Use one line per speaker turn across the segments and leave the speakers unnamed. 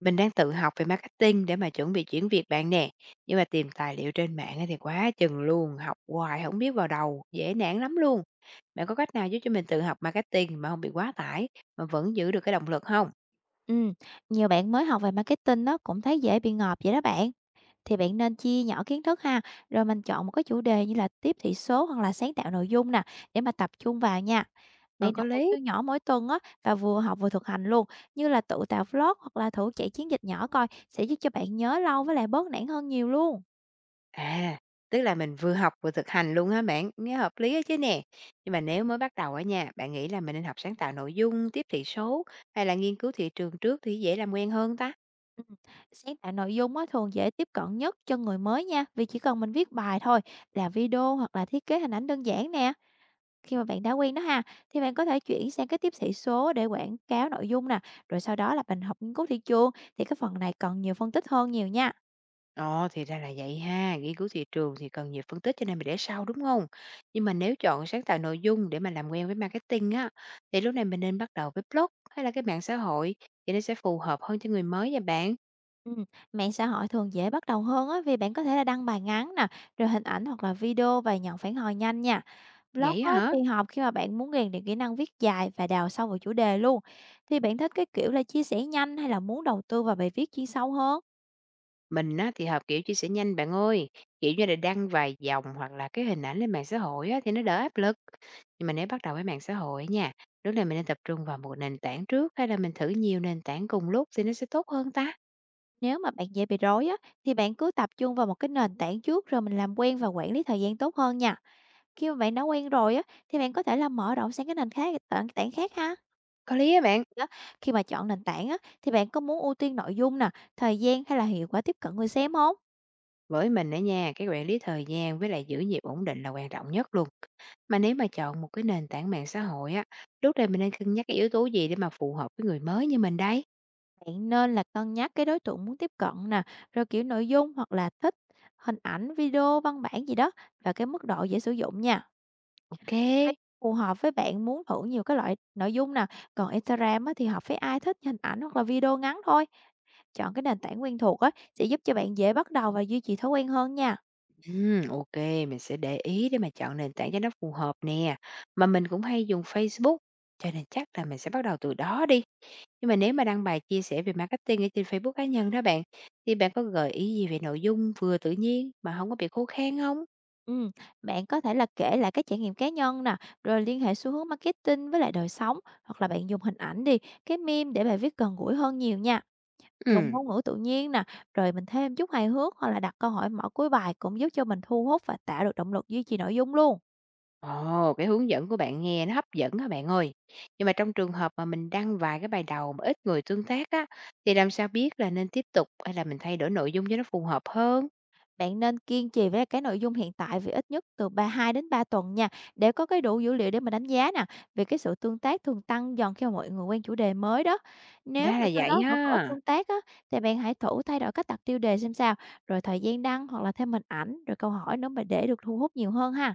Mình đang tự học về marketing để mà chuẩn bị chuyển việc bạn nè. Nhưng mà tìm tài liệu trên mạng á thì quá chừng luôn, học hoài không biết vào đầu, dễ nản lắm luôn. Bạn có cách nào giúp cho mình tự học marketing mà không bị quá tải, mà vẫn giữ được cái động lực không?
Ừm, nhiều bạn mới học về marketing nó cũng thấy dễ bị ngợp vậy đó bạn. Thì bạn nên chia nhỏ kiến thức ha, rồi mình chọn một cái chủ đề như là tiếp thị số hoặc là sáng tạo nội dung nè, để mà tập trung vào nha.
Ờ,
Bạn
có
đọc một
lý.
chương nhỏ mỗi tuần á, và vừa học vừa thực hành luôn, như là tự tạo vlog hoặc là thử chạy chiến dịch nhỏ coi, sẽ giúp cho bạn nhớ lâu với lại bớt nản hơn nhiều luôn.
À, tức là mình vừa học vừa thực hành luôn hả bạn? Nghe hợp lý á chứ nè. Nhưng mà nếu mới bắt đầu ở nhà bạn nghĩ là mình nên học sáng tạo nội dung, tiếp thị số hay là nghiên cứu thị trường trước thì dễ làm quen hơn ta?
Ừm, Sáng tạo nội dung á, thường dễ tiếp cận nhất cho người mới nha, vì chỉ cần mình viết bài thôi, là video hoặc là thiết kế hình ảnh đơn giản nè. Khi mà bạn đã quen đó ha, thì bạn có thể chuyển sang cái tiếp thị số để quảng cáo nội dung nè, rồi sau đó là mình học nghiên cứu thị trường, thì cái phần này còn nhiều phân tích hơn nhiều nha.
Ồ, thì ra là vậy ha, nghiên cứu thị trường thì cần nhiều phân tích cho nên mình để sau đúng không? Nhưng mà nếu chọn sáng tạo nội dung để mà làm quen với marketing á, thì lúc này mình nên bắt đầu với blog hay là cái mạng xã hội thì nó sẽ phù hợp hơn cho người mới nha bạn.
Ừ, mạng xã hội thường dễ bắt đầu hơn á, vì bạn có thể là đăng bài ngắn nè, rồi hình ảnh hoặc là video và nhận phản hồi nhanh nha. Blog
Vậy
á,
hả?
thì hợp khi mà bạn muốn rèn luyện kỹ năng viết dài và đào sâu vào chủ đề luôn. Thì bạn thích cái kiểu là chia sẻ nhanh, hay là muốn đầu tư vào bài viết chuyên sâu hơn?
Mình á, thì hợp kiểu chia sẻ nhanh bạn ơi, kiểu như là đăng vài dòng hoặc là cái hình ảnh lên mạng xã hội á, thì nó đỡ áp lực. Nhưng mà nếu bắt đầu với mạng xã hội nha, lúc này mình nên tập trung vào một nền tảng trước hay là mình thử nhiều nền tảng cùng lúc thì nó sẽ tốt hơn ta?
Nếu mà bạn dễ bị rối á, thì bạn cứ tập trung vào một cái nền tảng trước, rồi mình làm quen và quản lý thời gian tốt hơn nha. Khi mà bạn đã quen rồi á, thì bạn có thể là mở rộng sang cái nền tảng khác ha.
Có lý á bạn.
Đó, khi mà chọn nền tảng á, thì bạn có muốn ưu tiên nội dung nè, thời gian, hay là hiệu quả tiếp cận người xem không?
Với mình ở nha, cái quản lý thời gian với lại giữ nhịp ổn định là quan trọng nhất luôn. Mà nếu mà chọn một cái nền tảng mạng xã hội á, lúc này mình nên cân nhắc cái yếu tố gì để mà phù hợp với người mới như mình đấy.
Bạn nên là cân nhắc cái đối tượng muốn tiếp cận nè, rồi kiểu nội dung hoặc là thích hình ảnh, video, văn bản gì đó, và cái mức độ dễ sử dụng nha.
Ok.
Facebook phù hợp với bạn muốn thử nhiều cái loại nội dung nè, còn Instagram á, thì hợp với ai thích hình ảnh hoặc là video ngắn thôi. Chọn cái nền tảng quen thuộc á, sẽ giúp cho bạn dễ bắt đầu và duy trì thói quen hơn nha.
Ok, mình sẽ để ý để mà chọn nền tảng cho nó phù hợp nè. Mà mình cũng hay dùng Facebook, cho nên chắc là mình sẽ bắt đầu từ đó đi. Nhưng mà nếu mà đăng bài chia sẻ về marketing ở trên Facebook cá nhân đó bạn, thì bạn có gợi ý gì về nội dung vừa tự nhiên mà không có bị khô khan không?
Ừm, bạn có thể là kể lại các trải nghiệm cá nhân nè, rồi liên hệ xu hướng marketing với lại đời sống, hoặc là bạn dùng hình ảnh đi, cái meme để bài viết gần gũi hơn nhiều nha. Dùng
Ừ.
ngôn ngữ tự nhiên nè, rồi mình thêm chút hài hước hoặc là đặt câu hỏi mở cuối bài, cũng giúp cho mình thu hút và tạo được động lực duy trì nội dung luôn.
Ồ, cái hướng dẫn của bạn nghe nó hấp dẫn á bạn ơi. Nhưng mà trong trường hợp mà mình đăng vài cái bài đầu mà ít người tương tác á, thì làm sao biết là nên tiếp tục hay là mình thay đổi nội dung cho nó phù hợp hơn?
Bạn nên kiên trì với cái nội dung hiện tại vì ít nhất từ 2 đến 3 tuần nha, để có cái đủ dữ liệu để mà đánh giá nè, vì cái sự tương tác thường tăng dần khi mà mọi người quen chủ đề mới đó. Nếu
Ra
mà
là
sau
vậy
đó vẫn còn ít
ha.
tương tác á, thì bạn hãy thử thay đổi cách đặt tiêu đề xem sao, rồi thời gian đăng, hoặc là thêm hình ảnh, rồi câu hỏi nữa, mà để được thu hút nhiều hơn ha.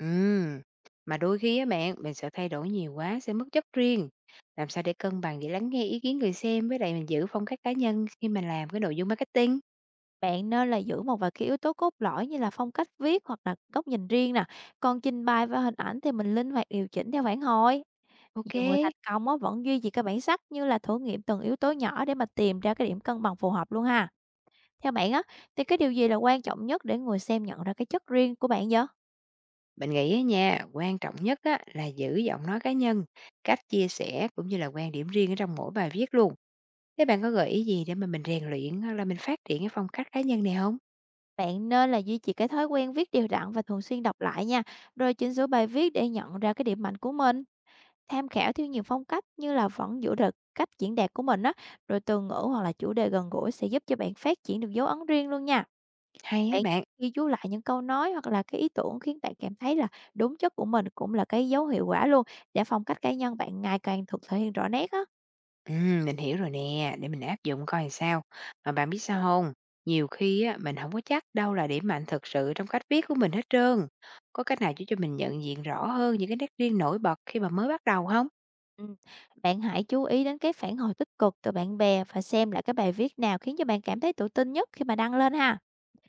Ừ. Mà đôi khi á bạn, mình sợ thay đổi nhiều quá sẽ mất chất riêng. Làm sao để cân bằng giữa lắng nghe ý kiến người xem với lại mình giữ phong cách cá nhân khi mình làm cái nội dung marketing?
Bạn nên là giữ một vài cái yếu tố cốt lõi như là phong cách viết hoặc là góc nhìn riêng nè, còn trình bày và hình ảnh thì mình linh hoạt điều chỉnh theo phản hồi.
Ok.
Nhiều người thành công á vẫn duy trì cái bản sắc, như là thử nghiệm từng yếu tố nhỏ để mà tìm ra cái điểm cân bằng phù hợp luôn ha. Theo bạn á, thì cái điều gì là quan trọng nhất để người xem nhận ra cái chất riêng của bạn vậy?
Mình nghĩ á nha, quan trọng nhất á là giữ giọng nói cá nhân, cách chia sẻ cũng như là quan điểm riêng ở trong mỗi bài viết luôn. Thế bạn có gợi ý gì để mà mình rèn luyện hoặc là mình phát triển cái phong cách cá nhân này không?
Bạn nên là duy trì cái thói quen viết đều đặn và thường xuyên đọc lại nha, rồi chỉnh sửa bài viết để nhận ra cái điểm mạnh của mình. Tham khảo theo nhiều phong cách, như là vẫn giữ được cách diễn đạt của mình á, rồi từ ngữ hoặc là chủ đề gần gũi, sẽ giúp cho bạn phát triển được dấu ấn riêng luôn nha.
Hay á
Bạn
bạn.
ghi chú lại những câu nói hoặc là cái ý tưởng khiến bạn cảm thấy là đúng chất của mình, cũng là cái dấu hiệu quả luôn, để phong cách cá nhân bạn ngày càng thể hiện rõ nét á.
Mình hiểu rồi nè, để mình áp dụng coi làm sao. Mà bạn biết sao không? Nhiều khi á, mình không có chắc đâu là điểm mạnh thực sự trong cách viết của mình hết trơn. Có cách nào giúp cho mình nhận diện rõ hơn những cái nét riêng nổi bật khi mà mới bắt đầu không?
Ừ. Bạn hãy chú ý đến cái phản hồi tích cực từ bạn bè, và xem lại cái bài viết nào khiến cho bạn cảm thấy tự tin nhất khi mà đăng lên ha.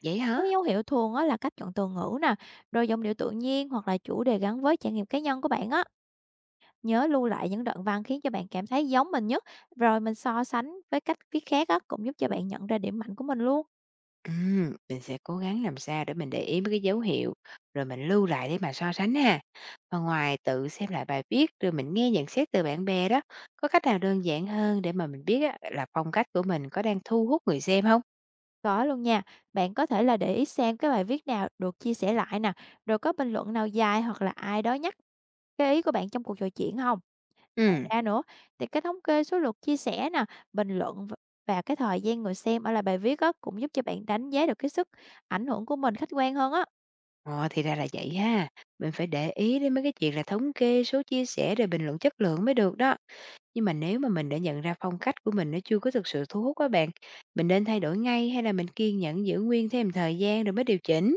Vậy hả?
Cái dấu hiệu thường á là cách chọn từ ngữ nè, rồi giọng điệu tự nhiên, hoặc là chủ đề gắn với trải nghiệm cá nhân của bạn á. Nhớ lưu lại những đoạn văn khiến cho bạn cảm thấy giống mình nhất, rồi mình so sánh với cách viết khác á, cũng giúp cho bạn nhận ra điểm mạnh của mình luôn.
Mình sẽ cố gắng làm sao để mình để ý mấy cái dấu hiệu, rồi mình lưu lại để mà so sánh ha. Và ngoài tự xem lại bài viết, rồi mình nghe nhận xét từ bạn bè đó, có cách nào đơn giản hơn để mà mình biết á, là phong cách của mình có đang thu hút người xem không?
Có luôn nha, bạn có thể là để ý xem cái bài viết nào được chia sẻ lại nè, rồi có bình luận nào dài, hoặc là ai đó nhắc cái ý của bạn trong cuộc trò chuyện không? Ngoài
Ừ.
ra nữa, thì cái thống kê số lượt chia sẻ nè, bình luận và cái thời gian người xem ở lại bài viết á, cũng giúp cho bạn đánh giá được cái sức ảnh hưởng của mình khách quan hơn á.
Ờ, thì ra là vậy ha. Mình phải để ý đến mấy cái chuyện là thống kê, số chia sẻ, rồi bình luận chất lượng mới được đó. Nhưng mà nếu mà mình đã nhận ra phong cách của mình nó chưa có thực sự thu hút các bạn, mình nên thay đổi ngay hay là mình kiên nhẫn giữ nguyên thêm thời gian rồi mới điều chỉnh?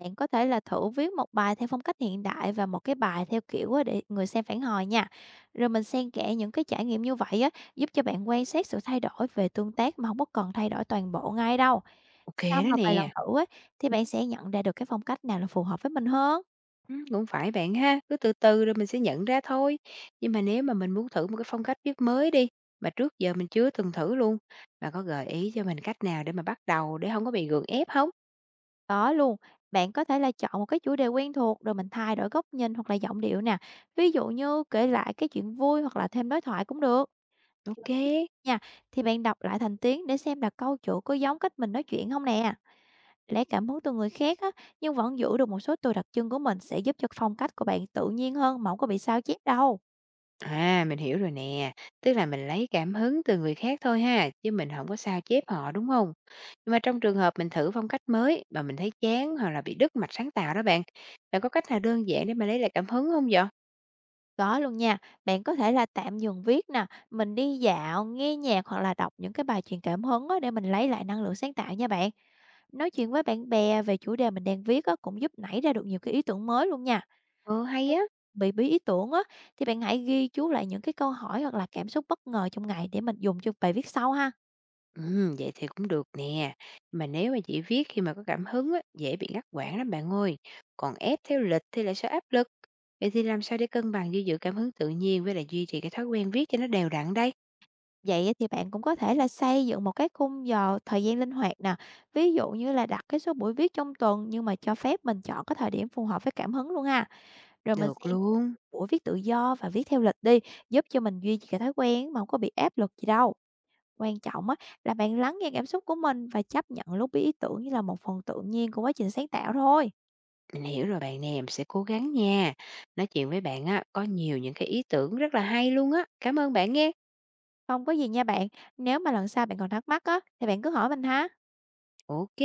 Bạn có thể là thử viết một bài theo phong cách hiện đại và một cái bài theo kiểu á, để người xem phản hồi nha. Rồi mình xen kẽ những cái trải nghiệm như vậy á, giúp cho bạn quan sát sự thay đổi về tương tác mà không có cần thay đổi toàn bộ ngay đâu.
OK
Sau
đó
mà vài lần
nè.
thử á, thì bạn sẽ nhận ra được cái phong cách nào là phù hợp với mình hơn.
Cũng phải bạn ha, cứ từ từ rồi mình sẽ nhận ra thôi. Nhưng mà nếu mà mình muốn thử một cái phong cách viết mới đi, mà trước giờ mình chưa từng thử luôn, bạn có gợi ý cho mình cách nào để mà bắt đầu để không có bị gượng ép không?
Đó luôn, bạn có thể là chọn một cái chủ đề quen thuộc, rồi mình thay đổi góc nhìn hoặc là giọng điệu nè. Ví dụ như kể lại cái chuyện vui, hoặc là thêm đối thoại cũng được. Khi mà viết
OK.
nha, thì bạn đọc lại thành tiếng để xem là câu chủ có giống cách mình nói chuyện không nè. Lấy cảm hứng từ người khác á, nhưng vẫn giữ được một số từ đặc trưng của mình, sẽ giúp cho phong cách của bạn tự nhiên hơn mà hổng có bị sao chép đâu.
À, mình hiểu rồi nè, tức là mình lấy cảm hứng từ người khác thôi ha, chứ mình không có sao chép họ, đúng không? Nhưng mà trong trường hợp mình thử phong cách mới mà mình thấy chán hoặc là bị đứt mạch sáng tạo đó bạn, bạn có cách nào đơn giản để mà lấy lại cảm hứng không vậy?
Có luôn nha, bạn có thể là tạm dừng viết nè, mình đi dạo, nghe nhạc, hoặc là đọc những cái bài truyền cảm hứng á, để mình lấy lại năng lượng sáng tạo nha bạn. Nói chuyện với bạn bè về chủ đề mình đang viết á, cũng giúp nảy ra được nhiều cái ý tưởng mới luôn nha.
Ờ, hay á.
Bị bí ý tưởng á, thì bạn hãy ghi chú lại những cái câu hỏi hoặc là cảm xúc bất ngờ trong ngày, để mình dùng cho bài viết sau ha.
Vậy thì cũng được nè. Mà nếu mà chỉ viết khi mà có cảm hứng á, dễ bị ngắt quãng lắm bạn ơi. Còn ép theo lịch thì lại sẽ áp lực. Vậy thì làm sao để cân bằng giữa giữ cảm hứng tự nhiên với lại duy trì cái thói quen viết cho nó đều đặn đây?
Vậy á, thì bạn cũng có thể là xây dựng một cái khung giờ thời gian linh hoạt nè. Ví dụ như là đặt cái số buổi viết trong tuần, nhưng mà cho phép mình chọn cái thời điểm phù hợp với cảm hứng luôn ha. Rồi mình
Được
xen
luôn.
buổi viết tự do và viết theo lịch đi, giúp cho mình duy trì cái thói quen mà không có bị áp lực gì đâu. Quan trọng á là bạn lắng nghe cảm xúc của mình, và chấp nhận lúc bí ý tưởng như là một phần tự nhiên của quá trình sáng tạo thôi.
Mình hiểu rồi bạn nè, mình sẽ cố gắng nha. Nói chuyện với bạn á, có nhiều những cái ý tưởng rất là hay luôn á. Cảm ơn bạn nghe.
Không có gì nha bạn, nếu mà lần sau bạn còn thắc mắc á, thì bạn cứ hỏi mình ha.
Ok.